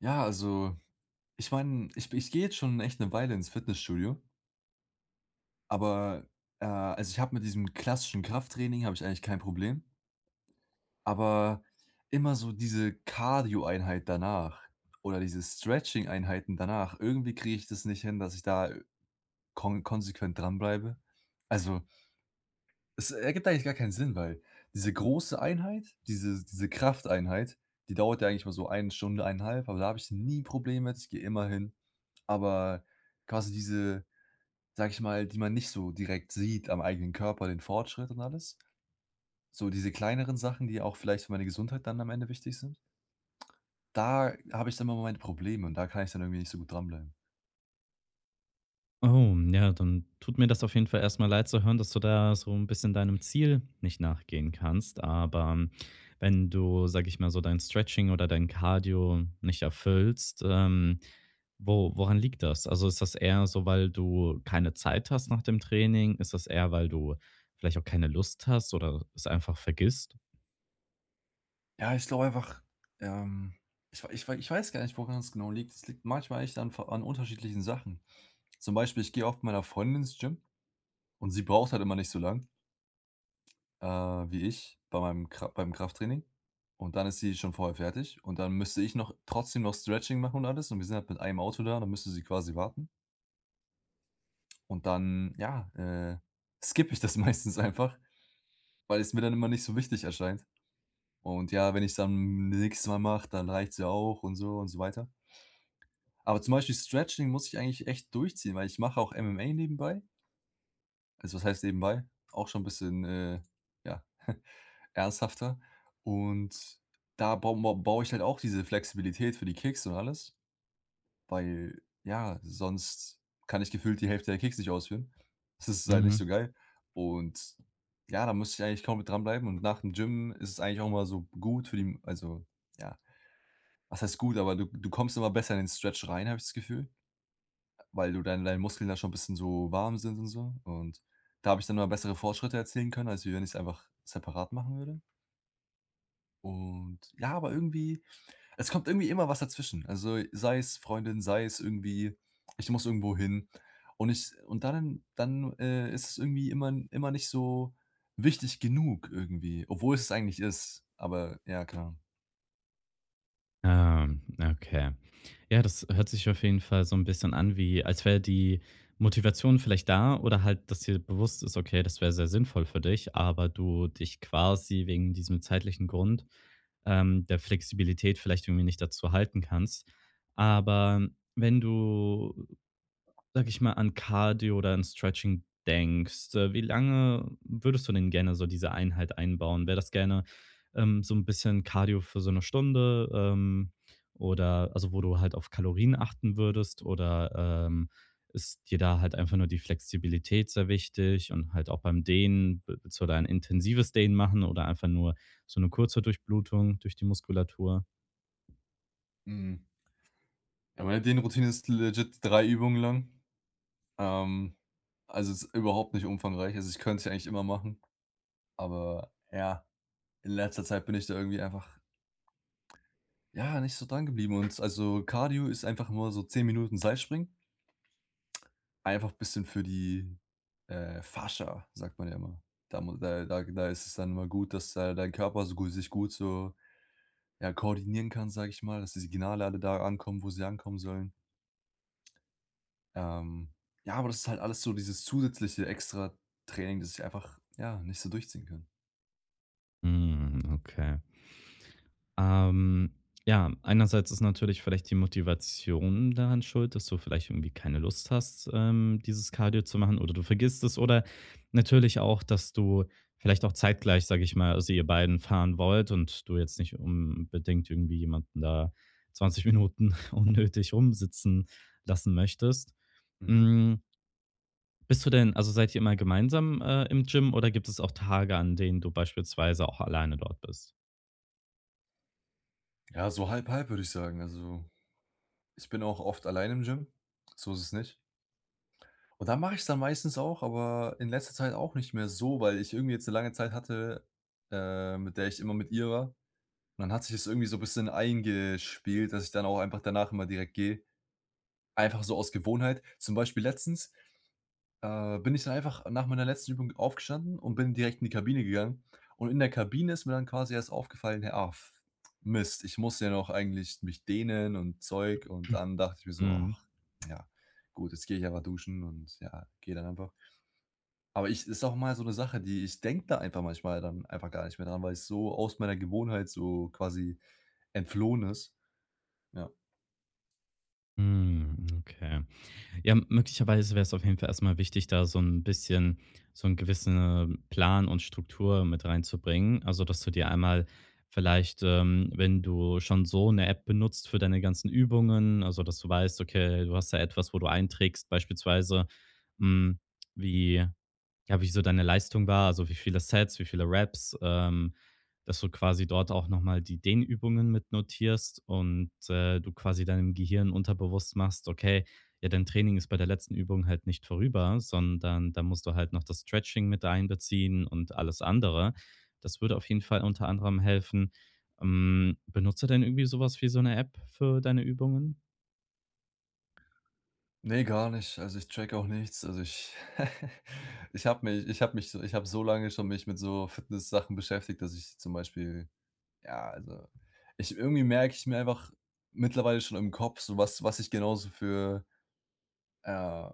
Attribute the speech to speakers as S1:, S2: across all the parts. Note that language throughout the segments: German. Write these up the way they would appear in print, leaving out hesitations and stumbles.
S1: Ja, also, ich meine, ich gehe jetzt schon echt eine Weile ins Fitnessstudio, aber, also, ich habe mit diesem klassischen Krafttraining habe ich eigentlich kein Problem, aber immer so diese Cardio-Einheit danach oder diese Stretching-Einheiten danach, irgendwie kriege ich das nicht hin, dass ich da konsequent dranbleibe. Also, es ergibt eigentlich gar keinen Sinn, weil diese große Einheit, diese Krafteinheit, die dauert ja eigentlich mal so eine Stunde, eineinhalb. Aber da habe ich nie Probleme mit. Ich gehe immer hin. Aber quasi diese, sage ich mal, die man nicht so direkt sieht am eigenen Körper, den Fortschritt und alles, so diese kleineren Sachen, die auch vielleicht für meine Gesundheit dann am Ende wichtig sind, da habe ich dann immer meine Probleme und da kann ich dann irgendwie nicht so gut dranbleiben.
S2: Oh, ja, dann tut mir das auf jeden Fall erst mal leid zu hören, dass du da so ein bisschen deinem Ziel nicht nachgehen kannst. Aber wenn du, sag ich mal so, dein Stretching oder dein Cardio nicht erfüllst, wo woran liegt das? Also, ist das eher so, weil du keine Zeit hast nach dem Training? Ist das eher, weil du vielleicht auch keine Lust hast oder es einfach vergisst?
S1: Ja, ich glaube einfach, ähm, ich weiß gar nicht, woran es genau liegt. Es liegt manchmal echt an ver an unterschiedlichen Sachen. Zum Beispiel, ich gehe oft mit meiner Freundin ins Gym und sie braucht halt immer nicht so lang, wie ich bei meinem Kra beim Krafttraining. Und dann ist sie schon vorher fertig und dann müsste ich noch trotzdem noch Stretching machen und alles und wir sind halt mit einem Auto da, dann müsste sie quasi warten. Und dann, ja, skippe ich das meistens einfach, weil es mir dann immer nicht so wichtig erscheint. Und ja, wenn ich es dann nächstes Mal mache, dann reicht's ja auch und so weiter. Aber zum Beispiel Stretching muss ich eigentlich echt durchziehen, weil ich mache auch MMA nebenbei. Also, was heißt nebenbei? Auch schon ein bisschen, ja, ernsthafter. Und da baue ich halt auch diese Flexibilität für die Kicks und alles, weil, ja, sonst kann ich gefühlt die Hälfte der Kicks nicht ausführen. Das ist halt nicht
S2: Mhm.
S1: so geil. Und ja, da müsste ich eigentlich kaum komplett dranbleiben und nach dem Gym ist es eigentlich auch mal so gut für die, also, ja, was heißt gut, aber du kommst immer besser in den Stretch rein, habe ich das Gefühl. Weil du dann deine Muskeln da schon ein bisschen so warm sind und so. Und da habe ich dann immer bessere Fortschritte erzielen können, als wie wenn ich es einfach separat machen würde. Und ja, aber irgendwie, es kommt irgendwie immer was dazwischen. Also, sei es Freundin, sei es irgendwie, ich muss irgendwo hin. Und ich und dann ist es irgendwie immer nicht so wichtig genug irgendwie, obwohl es eigentlich ist. Aber ja, klar.
S2: Ah, okay. Ja, das hört sich auf jeden Fall so ein bisschen an wie als wäre die Motivation vielleicht da oder halt, dass dir bewusst ist: „Okay, das wäre sehr sinnvoll für dich“, aber du dich quasi wegen diesem zeitlichen Grund, der Flexibilität vielleicht irgendwie nicht dazu halten kannst. Aber wenn du Sag ich mal, an Cardio oder an Stretching denkst, wie lange würdest du denn gerne so diese Einheit einbauen? Wäre das gerne so ein bisschen Cardio für so eine Stunde, oder also, wo du halt auf Kalorien achten würdest oder, ist dir da halt einfach nur die Flexibilität sehr wichtig und halt auch beim Dehnen, wi willst du da ein intensives Dehnen machen oder einfach nur so eine kurze Durchblutung durch die Muskulatur?
S1: Mhm. Ja, meine Dehnroutine ist legit 3 Übungen lang. Ähm, also, es ist überhaupt nicht umfangreich. Also, ich könnte es ja eigentlich immer machen, aber ja, in letzter Zeit bin ich da irgendwie einfach, ja, nicht so dran geblieben und also, Cardio ist einfach nur so 10 Minuten Seilspringen, einfach ein bisschen für die, Fascia, sagt man ja immer. Da mu da da Da ist es dann immer gut, dass da dein Körper so gu sich gut so, ja, koordinieren kann, sage ich mal, dass die Signale alle da ankommen, wo sie ankommen sollen. Ähm, ja, aber das ist halt alles so dieses zusätzliche Extra-Training, das ich einfach, ja, nicht so durchziehen kann.
S2: Hm, okay. Ähm, ja, einerseits ist natürlich vielleicht die Motivation daran schuld, dass du vielleicht irgendwie keine Lust hast, dieses Cardio zu machen oder du vergisst es oder natürlich auch, dass du vielleicht auch zeitgleich, sage ich mal, also ihr beiden fahren wollt und du jetzt nicht unbedingt irgendwie jemanden da 20 Minuten unnötig rumsitzen lassen möchtest.
S1: Mhm.
S2: Mm, bist du denn, also seid ihr immer gemeinsam im Gym oder gibt es auch Tage, an denen du beispielsweise auch alleine dort bist?
S1: Ja, so halb halb, würde ich sagen. Also, ich bin auch oft allein im Gym. So ist es nicht. Und da mache ich es dann meistens auch, aber in letzter Zeit auch nicht mehr so, weil ich irgendwie jetzt eine lange Zeit hatte, mit der ich immer mit ihr war. Und dann hat sich das irgendwie so ein bisschen eingespielt, dass ich dann auch einfach danach immer direkt gehe. Einfach so aus Gewohnheit. Zum Beispiel letztens, bin ich dann einfach nach meiner letzten Übung aufgestanden und bin direkt in die Kabine gegangen. Und in der Kabine ist mir dann quasi erst aufgefallen: „Hey, ah, f Mist, ich muss ja noch eigentlich mich dehnen und Zeug.“ Und dann dachte ich mir so:
S2: Mm.
S1: „Ach ja, gut, jetzt gehe ich einfach duschen und ja, gehe dann einfach.“ Aber ich, ist auch mal so eine Sache, die ich, denke da einfach manchmal dann einfach gar nicht mehr dran, weil es so aus meiner Gewohnheit so quasi entflohen ist. Ja.
S2: Mm, okay. Ja, möglicherweise wäre es auf jeden Fall erstmal wichtig, da so ein bisschen so 'n gewissen Plan und Struktur mit reinzubringen. Also, dass du dir einmal vielleicht, wenn du schon so eine App benutzt für deine ganzen Übungen, also, dass du weißt, okay, du hast da etwas, wo du einträgst beispielsweise, hm, wie ja, wie so deine Leistung war, also wie viele Sets, wie viele Raps dass du quasi dort auch noch mal die Dehnübungen mit notierst und, du quasi deinem Gehirn unterbewusst machst: „Okay, ja, dein Training ist bei der letzten Übung halt nicht vorüber, sondern da musst du halt noch das Stretching mit einbeziehen und alles andere.“ Das würde auf jeden Fall unter anderem helfen. Hm, benutzt du denn irgendwie sowas wie so eine App für deine Übungen?
S1: Nee, gar nicht. Also, ich track auch nichts. Also, ich ich habe so lange schon mich mit so Fitness Sachen beschäftigt, dass ich zum Beispiel, ja, also, ich irgendwie merke ich mir einfach mittlerweile schon im Kopf so, was ich genauso für, äh,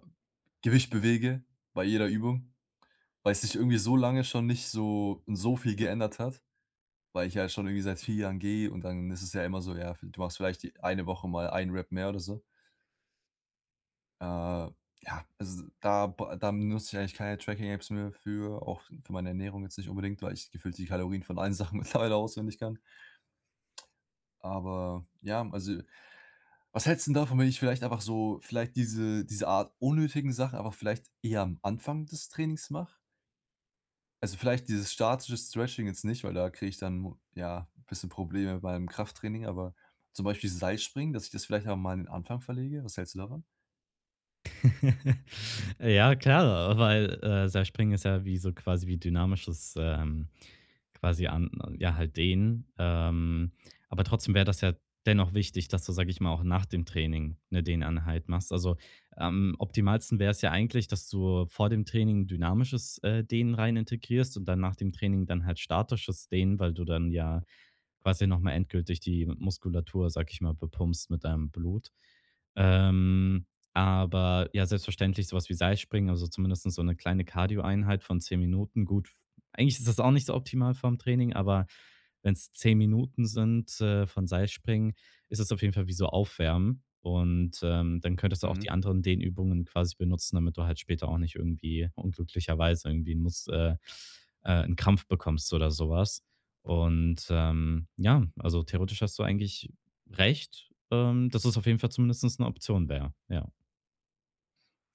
S1: Gewicht bewege bei jeder Übung, weil es sich irgendwie so lange schon nicht so viel geändert hat, weil ich ja schon irgendwie seit 4 Jahren gehe und dann ist es ja immer so, ja, du machst vielleicht die eine Woche mal einen Rep mehr oder so. Äh, ja, also da b da nutze ich eigentlich keine Tracking-Apps mehr für, auch für meine Ernährung jetzt nicht unbedingt, weil ich gefühlt die Kalorien von allen Sachen mittlerweile auswendig kann. Aber ja, also was hältst 'n davon, wenn ich vielleicht einfach so vielleicht diese Art unnötigen Sachen einfach vielleicht eher am Anfang des Trainings mache? Also, vielleicht dieses statische Stretching jetzt nicht, weil da kriege ich dann, ja, ein bisschen Probleme beim Krafttraining, aber zum Beispiel Seilspringen, dass ich das vielleicht auch mal an den Anfang verlege. Was hältst du davon?
S2: Ja, klar, weil, Seilspringen ist ja wie so quasi wie dynamisches, quasi an ja, halt Dehnen. Aber trotzdem wäre das ja dennoch wichtig, dass du, sag ich mal, auch nach dem Training eine Dehneinheit machst. Also, am optimalsten wäre es ja eigentlich, dass du vor dem Training dynamisches, Dehnen rein integrierst und dann nach dem Training dann halt statisches Dehnen, weil du dann ja quasi noch mal endgültig die Muskulatur, sag ich mal, bepumpst mit deinem Blut. Ähm, aber ja, selbstverständlich so was wie Seilspringen, also zumindest so eine kleine Cardio-Einheit von 10 Minuten. Gut, eigentlich ist das auch nicht so optimal vom Training, aber wenn es 10 Minuten sind, von Seilspringen, ist es auf jeden Fall wie so Aufwärmen. Und, dann könntest du auch die
S1: Mhm.
S2: anderen Dehnübungen quasi benutzen, damit du halt später auch nicht irgendwie unglücklicherweise irgendwie 'n Mus 'n Krampf bekommst oder sowas. Und, ja, also theoretisch hast du eigentlich recht, dass es auf jeden Fall zumindestens eine Option wäre, ja.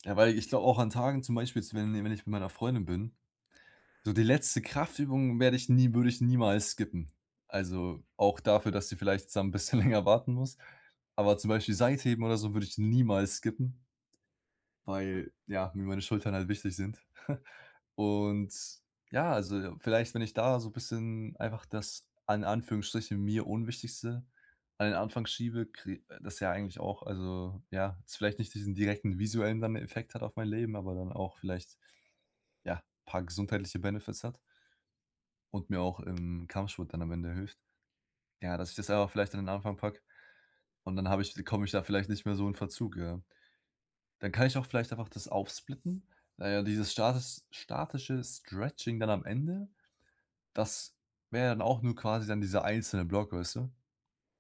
S1: Ja, weil ich glaube auch an Tagen zum Beispiel jetzt, wenn ich mit meiner Freundin bin, so die letzte Kraftübung werde ich nie würde ich niemals skippen. Also, auch dafür, dass sie vielleicht jetzt dann 'n bisschen länger warten muss. Aber zum Beispiel Seitheben oder so würde ich niemals skippen, weil, ja, mir meine Schultern halt wichtig sind. Und ja, also vielleicht, wenn ich da so ein bisschen einfach das an Anführungsstrichen mir Unwichtigste an den Anfang schiebe, krie das ja eigentlich auch, also ja, jetzt vielleicht nicht diesen direkten visuellen dann Effekt hat auf mein Leben, aber dann auch vielleicht, ja, paar gesundheitliche Benefits hat und mir auch im Kampfsport dann am Ende hilft. Ja, dass ich das einfach vielleicht an den Anfang packe und dann habe ich komme ich da vielleicht nicht mehr so in Verzug, ja. Dann kann ich auch vielleicht einfach das aufsplitten, naja dieses statische Stretching dann am Ende. Das wäre dann auch nur quasi dann dieser einzelne Block, weißt du?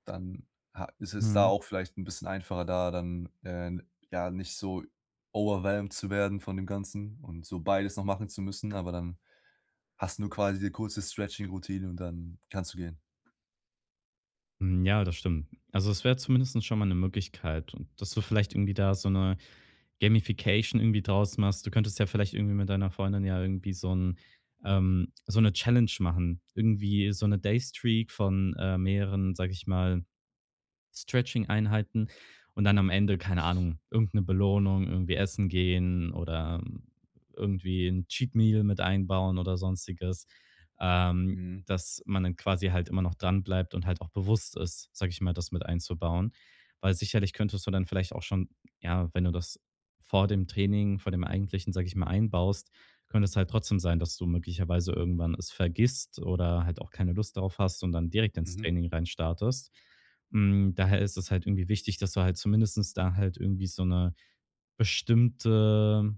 S1: Dann ha ist es da
S2: Mhm.
S1: auch vielleicht ein bisschen einfacher, da dann, ja, nicht so overwhelmed zu werden von dem Ganzen und so beides noch machen zu müssen, aber dann hast du nur quasi die kurze Stretching-Routine und dann kannst du gehen.
S2: Hm, ja, das stimmt. Also, es wäre zumindestens schon mal eine Möglichkeit und dass du vielleicht irgendwie da so eine Gamification irgendwie draus machst. Du könntest ja vielleicht irgendwie mit deiner Freundin ja irgendwie so 'n so 'ne Challenge machen. Irgendwie so eine Daystreak von, mehreren, sage ich mal Stretching-Einheiten und dann am Ende, keine Ahnung, irgendeine Belohnung, irgendwie essen gehen oder irgendwie ein Cheat Meal mit einbauen oder Sonstiges, ähm,
S1: Mhm,
S2: dass man dann quasi halt immer noch dran bleibt und halt auch bewusst ist, sage ich mal, das mit einzubauen. Weil sicherlich könntest du dann vielleicht auch schon ja, wenn du das vor dem Training, vor dem eigentlichen, sage ich mal, einbaust, könnte es halt trotzdem sein, dass du möglicherweise irgendwann es vergisst oder halt auch keine Lust darauf hast und dann direkt ins
S1: mhm,
S2: Training reinstartest. Hm, daher ist es halt irgendwie wichtig, dass du halt zumindestens da halt irgendwie so eine bestimmte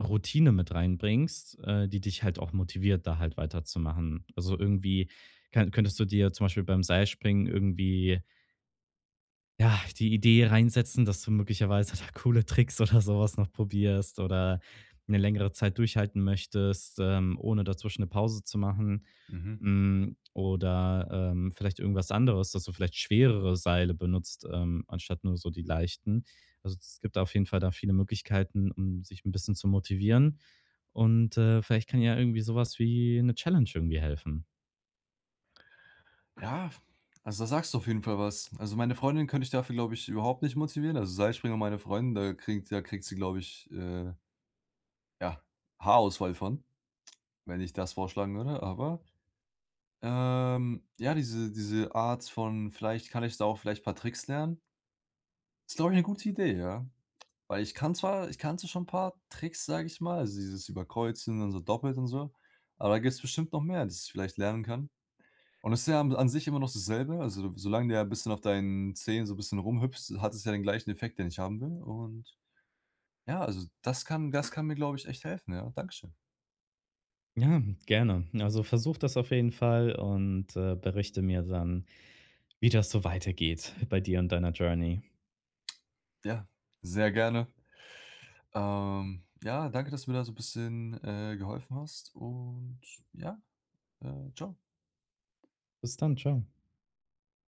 S2: Routine mit reinbringst, die dich halt auch motiviert, da halt weiterzumachen. Also, irgendwie kann könntest du dir zum Beispiel beim Seilspringen irgendwie ja, die Idee reinsetzen, dass du möglicherweise da coole Tricks oder sowas noch probierst oder eine längere Zeit durchhalten möchtest, ohne dazwischen eine Pause zu machen.
S1: mhm.
S2: Hm, oder, vielleicht irgendwas anderes, dass du vielleicht schwerere Seile benutzt, anstatt nur so die leichten. Also, es gibt auf jeden Fall da viele Möglichkeiten, um sich ein bisschen zu motivieren. Und, vielleicht kann ja irgendwie sowas wie eine Challenge irgendwie helfen.
S1: Ja, also da sagst du auf jeden Fall was. Also, meine Freundin könnte ich dafür, glaube ich, überhaupt nicht motivieren. Also, Seilspringer, meine Freundin, da kriegt sie, glaube ich, ja, Haarausfall von, wenn ich das vorschlagen würde, aber ja, diese Art von, vielleicht kann ich da auch vielleicht ein paar Tricks lernen, ist, glaube ich, eine gute Idee, ja. Weil ich kann zwar, ich kannte schon ein paar Tricks, sage ich mal, also dieses Überkreuzen und so doppelt und so, aber da gibt es bestimmt noch mehr, das ich vielleicht lernen kann. Und es ist ja an sich immer noch dasselbe, also solange der ja bisschen auf deinen Zehen so ein bisschen rumhüpfst, hat es ja den gleichen Effekt, den ich haben will. Und ja, also das kann mir, glaube ich, echt helfen, ja. Dankeschön.
S2: Ja, gerne. Also, versuch das auf jeden Fall und, berichte mir dann, wie das so weitergeht bei dir und deiner Journey.
S1: Ja, sehr gerne. Ja, danke, dass du mir da so 'n bisschen, geholfen hast und ja, tschau.
S2: Bis dann, ciao.